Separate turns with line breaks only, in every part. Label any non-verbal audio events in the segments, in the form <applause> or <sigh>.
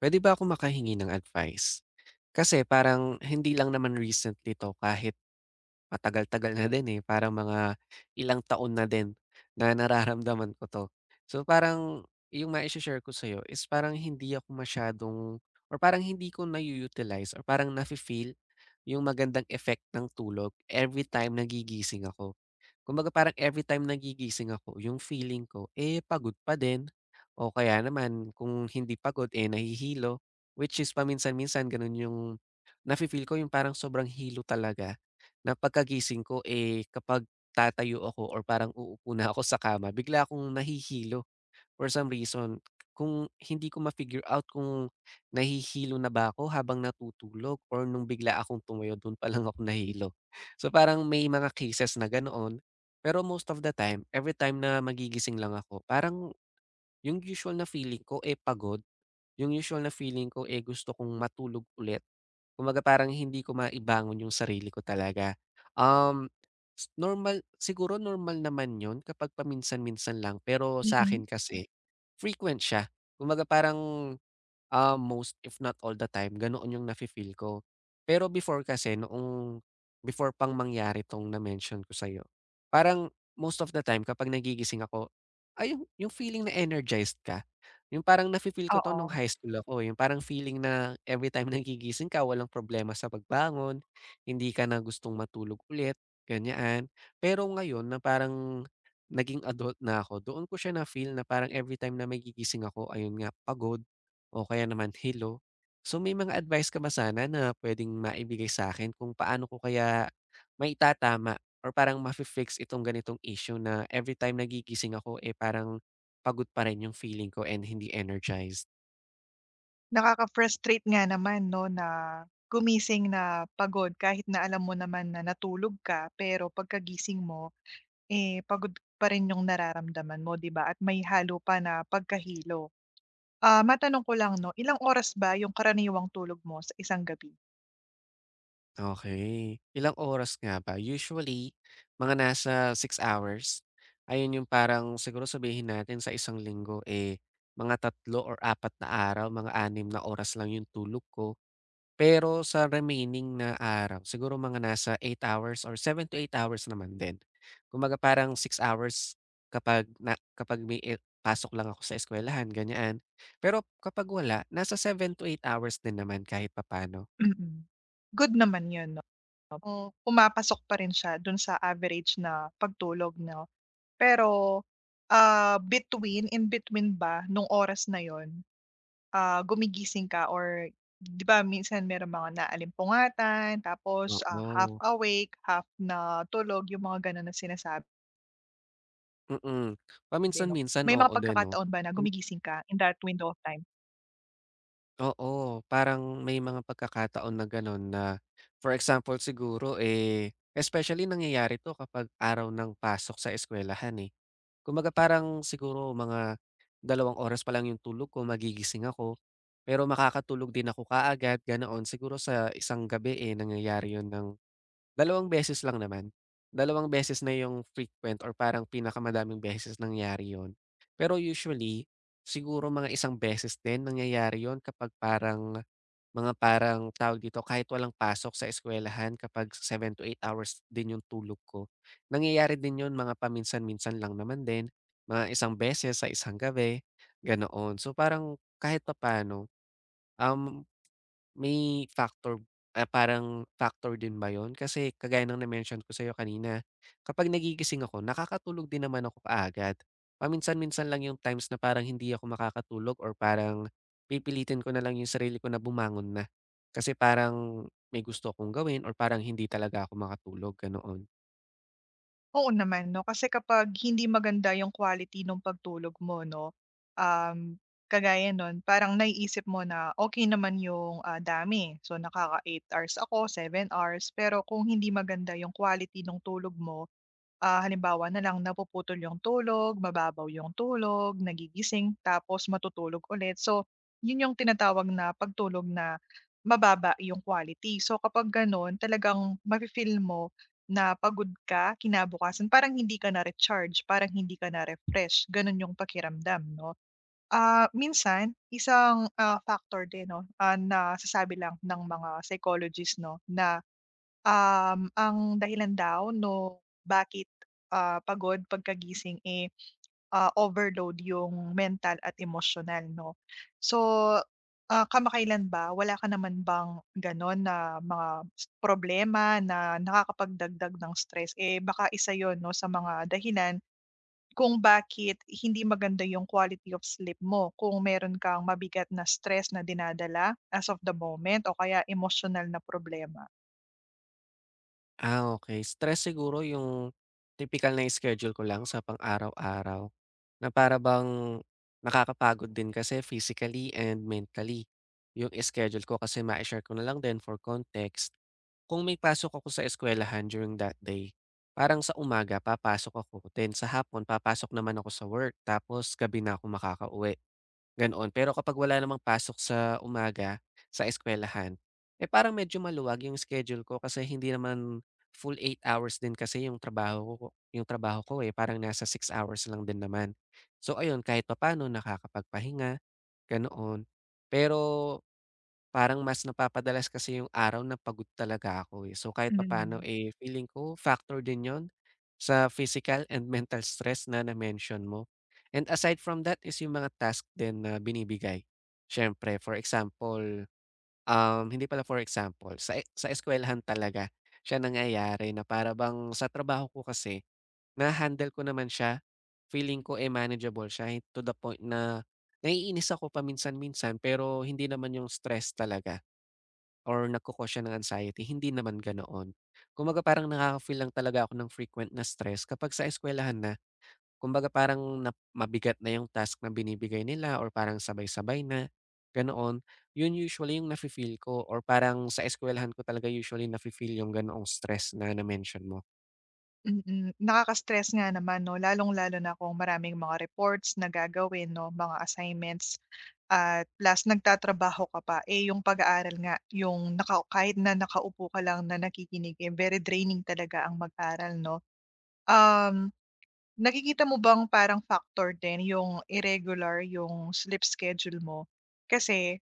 Puwede ba ako makahingi ng advice? Kasi parang hindi lang naman recently 'to, kahit matagal-tagal na din, eh, parang mga ilang taon na din na nararamdaman ko 'to. So, parang yung maishe-share ko sa'yo is parang hindi ako masyadong or parang hindi ko na utilize or parang nafe-feel yung magandang effect ng tulog every time nagigising ako. Kumbaga parang every time nagigising ako, yung feeling ko, eh, pagod pa din, o kaya naman kung hindi pagod, eh, nahihilo. Which is paminsan-minsan gano'n yung nafi-feel ko, yung parang sobrang hilo talaga na pagkagising ko, eh, kapag tatayo ako or parang uupo na ako sa kama, bigla akong nahihilo. For some reason, kung hindi ko ma-figure out kung nahihilo na ba ako habang natutulog or nung bigla akong tumayo dun pa lang ako nahilo. So, parang may mga cases na ganoon, pero most of the time, every time na magigising lang ako, parang yung usual na feeling ko, eh, pagod. Yung usual na feeling ko, eh, gusto kong matulog ulit. Kumbaga parang hindi ko maibangon yung sarili ko talaga. Um, s normal siguro normal naman yun kapag paminsan-minsan lang, pero sa
Mm,
akin kasi frequent siya. Kumbaga parang, most if not all the time, ganoon yung nafi-feel ko. Pero before kasi, noong before pang mangyari 'tong na-mention ko sa'yo, parang most of the time kapag nagigising ako, ay yung feeling na energized ka, yung parang nafi-feel ko 'to nung
oo.
high school ako, eh. Yung parang feeling na every time <laughs> nagigising ka, walang problema sa pagbangon, hindi ka na gustong matulog ulit, ganyan. Pero ngayon na parang naging adult na ako, doon ko siya na-feel na parang everytime na magigising ako, ayun nga, pagod. O kaya naman, hello. So may mga advice ka ba sana na puwedeng maibigay sa akin kung paano ko kaya maitatama or parang mafi-fix itong ganitong issue na everytime nagigising ako, eh, parang pagod pa rin yung feeling ko and hindi energized?
Nakaka-frustrate nga naman 'no, na gumising na pagod kahit na alam mo naman na natulog ka, pero pagkagising mo, eh, pagod pa rin yung nararamdaman mo, 'di ba, at may halo pa na pagkahilo. Ah, matanong ko lang 'no, ilang oras ba yung karaniwang tulog mo sa isang gabi?
Okay. Ilang oras nga ba? Usually, mga nasa 6 hours. Ayun yung parang siguro sabihin natin sa isang linggo, eh, mga tatlo or apat na araw, mga 6 na oras lang yung tulog ko. Pero sa remaining na araw, siguro mga nasa 8 hours or 7 to 8 hours naman din. Kumbaga parang 6 hours kapag may pasok lang ako sa eskuwelahan, ganyan. Pero kapag wala, nasa 7 to 8 hours din naman kahit papaano.
Mm. Good naman yun 'no. Kung pumapasok pa rin siya dun sa average na pagtulog 'no. Pero, in between ba nung oras na yun? Ah, gumigising ka or 'di ba minsan merong mga naalimpungatan tapos, half
Oo,
awake, half na natulog, yung mga gano'n na sinasabi
mm.
'no.
Paminsan-minsan,
May
oo
mga
din 'no.
pagkakataon ba na
Kung
gumigising ka in that window of time?
oo, parang may mga pagkakataon na gano'n na for example siguro, eh, especially nangyayari 'to kapag araw ng pasok sa eskuwelahan, eh. Kumbaga parang siguro mga 2 oras pa lang yung tulog ko, magigising ako, pero makakatulog din ako kaagad ganoon. Siguro sa isang gabi, eh, nangyayari yun ng 2 beses lang naman. 2 beses na yung frequent or parang pinakamadaming beses nangyari yun. Pero usually, siguro mga isang beses din nangyayari yun kapag parang mga parang, tawag dito, kahit walang pasok sa eskwelahan kapag 7 to 8 hours din yung tulog ko. Nangyayari din yun mga paminsan-minsan lang naman din, mga isang beses sa isang gabi, ganoon. So, parang kahit papaano, um may factor, ah, parang factor din ba yun? Kasi kagaya ng na-mention ko sa'yo kanina, kapag nagigising ako, nakakatulog din naman ako kaagad. Paminsan-minsan lang yung times na parang hindi ako makakatulog or parang pipilitin ko na lang yung sarili ko na bumangon na. Kasi parang may gusto akong gawin or parang hindi talaga ako makatulog, ganoon.
Oo naman 'no, kasi kapag hindi maganda yung quality ng pagtulog mo 'no, um, kagaya nun parang naiisip mo na okay naman yung, dami. So nakaka 8 hours ako, 7 hours, pero kung hindi maganda yung quality ng tulog mo. Ah, halimbawa na lang napuputol yung tulog, mababaw yung tulog, nagigising tapos matutulog ulit. So, yun yung tinatawag na pagtulog na mababa yung quality. So, kapag ganun talagang mafi-feel mo na pagod ka kinabukasan, parang hindi ka na-recharge, parang hindi ka na-refresh, ganun yung pakiramdam 'no. Ah, minsan isang, factor din 'no, nasasabi lang ng mga psychologists 'no na. Ang dahilan daw no bakit, pagod pagkagising, eh, overload yung mental at emosyonal 'no. So, kamakailan ba wala ka naman bang gano'n na mga problema na nakakapagdagdag ng stress? Eh, baka isa yon 'no sa mga dahilan kung bakit hindi maganda yung quality of sleep mo kung meron kang mabigat na stress na dinadala as of the moment o kaya emosyonal na problema.
Ah, okay. Stress siguro yung tipikal na schedule ko lang sa pang-araw-araw. Na para bang nakakapagod din kasi physically and mentally. Yung schedule ko kasi mai-share ko na lang din for context, kung may pasok ako sa eskuwelahan during that day, parang sa umaga papasok ako, then sa hapon papasok naman ako sa work, tapos gabi na ako makakauwi. Ganoon, pero kapag wala namang pasok sa umaga sa eskuwelahan, eh, parang medyo maluwag yung schedule ko kasi hindi naman full 8 hours din kasi yung trabaho ko, eh, parang nasa 6 hours lang din naman. So ayun, kahit papaano nakakapagpahinga, ganoon. Pero parang mas napapadalas kasi yung araw na pagod talaga ako, eh. So, kahit papaano,
Mm.
eh, feeling ko factor din 'yon sa physical and <laughs> mental stress na na-mention mo. And aside from that is yung mga task din na binibigay. Siyempre, for example, hindi pala for example, sa eskuwelahan talaga siya nangyayari na para bang sa trabaho ko kasi na-handle ko naman siya. Feeling ko, eh, manageable siya, eh, to the point na naiinis ako paminsan-minsan pero hindi naman yung stress talaga or nagko-cause siya ng anxiety, hindi naman ganoon. Kumbaga parang nakaka-feel lang talaga ako ng frequent na stress kapag sa eskuwelahan na. Kumbaga parang mabigat na yung task na binibigay nila or parang sabay-sabay na, ganoon. Yun usually yung nafe-feel ko or parang sa eskuwelahan ko talaga usually nafe-feel yung ganoong stress na na-mention mo.
Mm, nakaka-stress nga naman 'no, lalong-lalo na kung maraming mga reports na gagawin 'no, mga assignments at plus nagtatrabaho ka pa. Eh, yung pag-aaral nga yung naka kahit na nakaupo ka lang na nakikinig, eh, very draining talaga ang mag-aral 'no. Um, nakikita mo bang parang factor din yung irregular yung sleep schedule mo? Kasi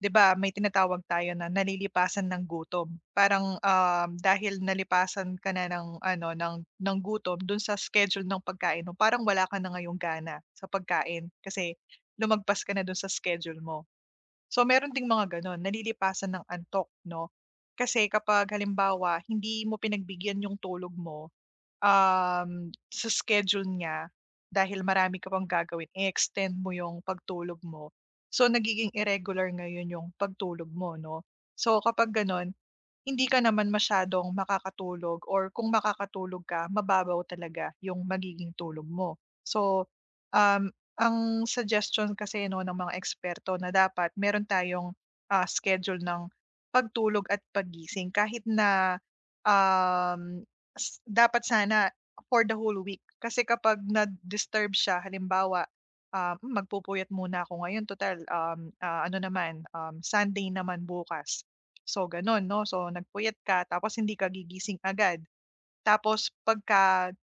'di ba may tinatawag tayo na nalilipasan ng gutom. Parang, dahil nalipasan ka na ng ano, ng gutom dun sa schedule ng pagkain mo, parang wala ka na ngayong gana sa pagkain kasi lumagpas ka na dun sa schedule mo. So meron ding mga gano'n, nalilipasan ng antok 'no. Kasi kapag halimbawa hindi mo pinagbigyan yung tulog mo sa schedule niya dahil marami ka pang gagawin, i-extend mo yung pagtulog mo. So, nagiging irregular ngayon yung pagtulog mo, 'no? So, kapag gano'n, hindi ka naman masyadong makakatulog or kung makakatulog ka, mababaw talaga yung magiging tulog mo. So, ang suggestion kasi 'no ng mga eksperto na dapat meron tayong, schedule ng pagtulog at pagising. Kahit na, um, dapat sana for the whole week. Kasi kapag na-disturb siya halimbawa, "Hmm, magpupuyat muna ako ngayon total, ano naman, Sunday naman bukas." So gano'n 'no, so nagpuyat ka tapos hindi ka gigising agad. Tapos pagka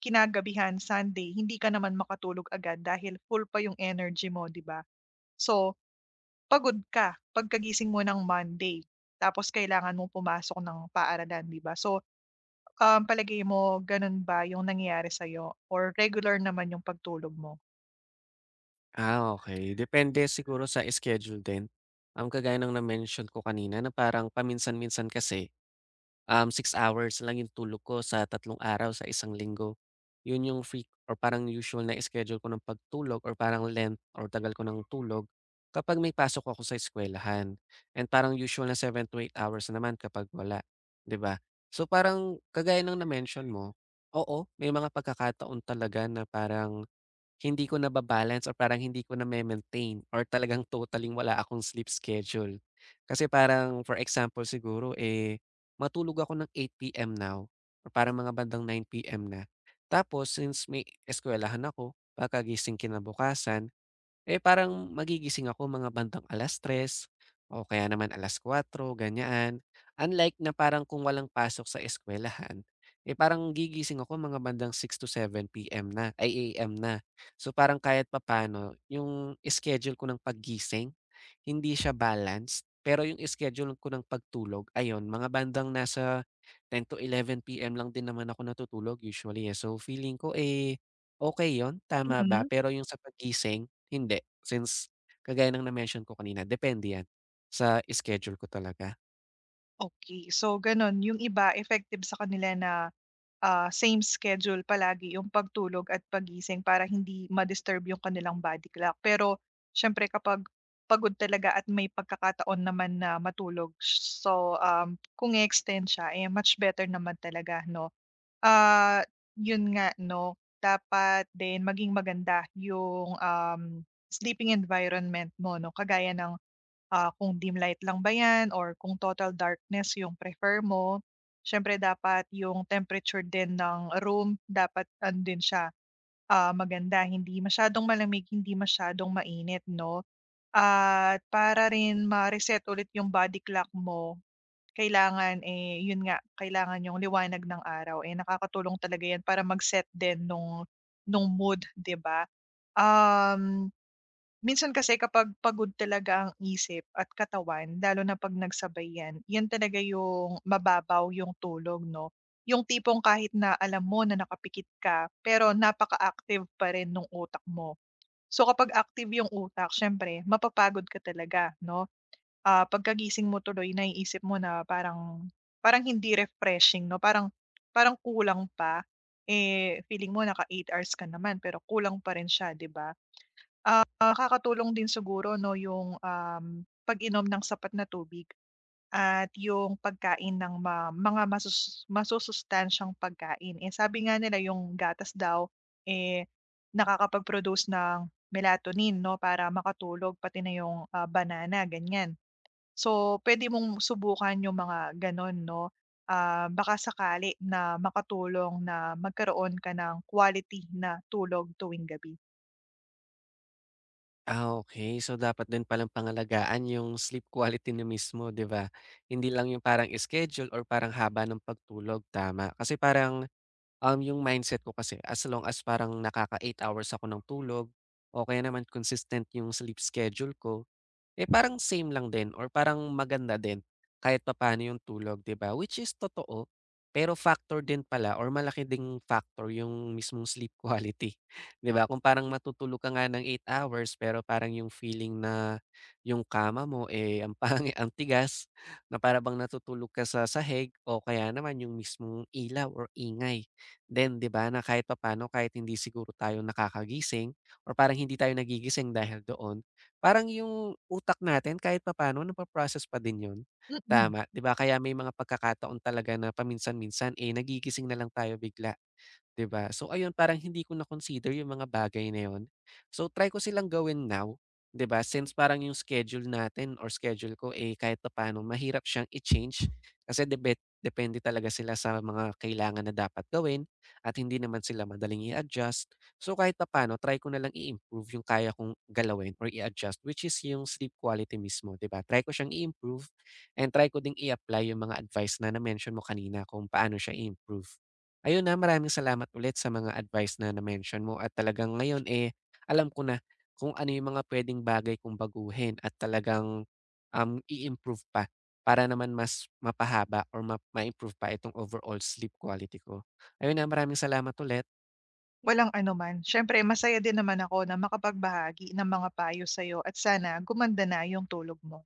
kinagabihan, Sunday, hindi ka naman makatulog agad dahil full pa yung energy mo, 'di ba? So, pagod ka pagkagising mo ng Monday, tapos kailangan mong pumasok ng paaralan, 'di ba? So, palagay mo gano'n ba yung nangyayari sa'yo or regular naman yung pagtulog mo?
Ah, okay. Depende siguro sa schedule din. Kagaya ng na-mention ko kanina na parang paminsan-minsan kasi, 6 hours lang yung tulog ko sa 3 araw sa isang linggo. Yun yung freq or parang usual na schedule ko ng pagtulog or parang length or tagal ko ng tulog kapag may pasok ako sa eskuwelahan, and parang usual na 7 to 8 hours naman kapag wala, 'di ba? So, parang kagaya ng na-mention mo, oo, may mga pagkakataon talaga na parang hindi ko naba-balance or parang hindi ko na maintain or talagang totaling wala akong sleep schedule. Kasi parang for example siguro, eh, matulog ako ng 8:00 PM now or parang mga bandang 9:00 PM na. Tapos since may eskuwelahan ako, pagkagising kinabukasan, eh, parang magigising ako mga bandang 3:00, o kaya naman 4:00, ganyan. Unlike na parang kung walang pasok sa eskuwelahan, eh, parang gigising ako mga bandang six to 7 PM na, ay a m na. So, parang kahit papaano yung schedule ko ng paggising hindi siya balanced, pero yung schedule ko ng pagtulog ayun mga bandang nasa 10 to 11 PM lang din naman ako natutulog usually, eh. So, feeling ko, eh, okay yon, tama ba?
Mm,
Pero yung sa pagising, hindi. Since kagaya ng na-mention ko kanina, depende yan sa schedule ko talaga.
okey. So gano'n, yung iba effective sa kanila na same schedule palagi yung pagtulog at pagising para hindi ma-disturb yung kanilang body clock. Pero siyempre kapag pagod talaga at may pagkakataon naman na matulog, so kung i-extend siya, eh, much better naman talaga, no? Ah, yun nga, no? Dapat din maging maganda yung sleeping environment mo, no? Kagaya ng kung dim light lang ba 'yan or kung total darkness yung prefer mo. Siyempre dapat yung temperature din ng room dapat andin din siya, maganda, hindi masyadong malamig, hindi masyadong mainit 'no. At para rin ma-reset ulit yung body clock mo, kailangan, eh, yun nga, kailangan yung liwanag ng araw, eh, nakakatulong talaga 'yan para mag-set din nung mood, 'di ba? Um Minsan kasi kapag pagod talaga ang isip at katawan lalo na 'pag nagsabay 'yan, 'yan talaga yung mababaw yung tulog 'no. Yung tipong kahit na alam mo na nakapikit ka, pero napaka-active pa rin nung utak mo. So kapag active yung utak siyempre mapapagod ka talaga 'no. Ah, pagkagising mo tuloy naiisip mo na parang parang hindi refreshing 'no, parang parang kulang pa. Eh, feeling mo naka 8 hours ka naman pero kulang pa rin siya 'di ba? Nakakatulong din siguro 'no yung, pag-inom ng sapat na tubig at yung pagkain ng mga masusustansyang pagkain. Eh, sabi nga nila yung gatas daw, eh, nakakapag-produce ng melatonin 'no para makatulog pati na yung, banana ganyan. So, pwede mong subukan yung mga gano'n 'no, baka sakali na makatulong na magkaroon ka ng quality na tulog tuwing gabi.
Ah, okay. So, dapat din palang pangalagaan yung sleep quality na mismo, 'di ba? Hindi lang yung parang schedule or parang haba ng pagtulog, tama. Kasi parang, yung mindset ko kasi as long as parang nakaka 8 hours ako ng tulog o kaya naman consistent yung sleep schedule ko, eh, parang same lang din or parang maganda din kahit papaano yung tulog, 'di ba? Which is totoo, pero factor din pala or malaki ding factor yung mismong sleep quality, <laughs> 'di ba? Kung parang matutulog ka nga ng 8 hours pero parang yung feeling na yung kama mo, eh, ang <laughs> pangit, ang tigas na para bang natutulog ka sa sahig o kaya naman yung mismong ilaw or ingay. Then, 'di ba, na kahit papaano, kahit hindi siguro tayo nakakagising or parang hindi tayo nagigising dahil doon, parang yung utak natin kahit papaano napo-process pa din yun,
Mm.
tama, 'di ba? Kaya may mga pagkakataon talaga na paminsan-minsan, eh, nagigising na lang tayo bigla. 'Di ba? So ayun, parang hindi ko na-consider yung mga bagay na yun. So try ko silang gawin now, 'di ba? Since parang yung schedule natin or schedule ko, eh, kahit papaano mahirap siyang i-change kasi depende talaga sila sa mga kailangan na dapat gawin at hindi naman sila madaling i-adjust. So kahit papaano try ko na lang i-improve yung kaya kong galawin or i-adjust, which is yung sleep quality mismo, 'di ba? Try ko siyang i-improve and try ko ding i-apply yung mga advice na na-mention mo kanina kung paano siya i-improve. Ayun, ah, maraming salamat ulit sa mga advice na na-mention mo at talagang ngayon, eh, alam ko na kung ano yung mga pwedeng bagay kong baguhin at talagang, i-improve pa para naman mas mapahaba or improve pa itong overall sleep quality ko. Ayun, ah, maraming salamat ulit.
Walang anuman. Siyempre masaya din naman ako na makapagbahagi ng mga payo sa'yo at sana gumanda na yung tulog mo.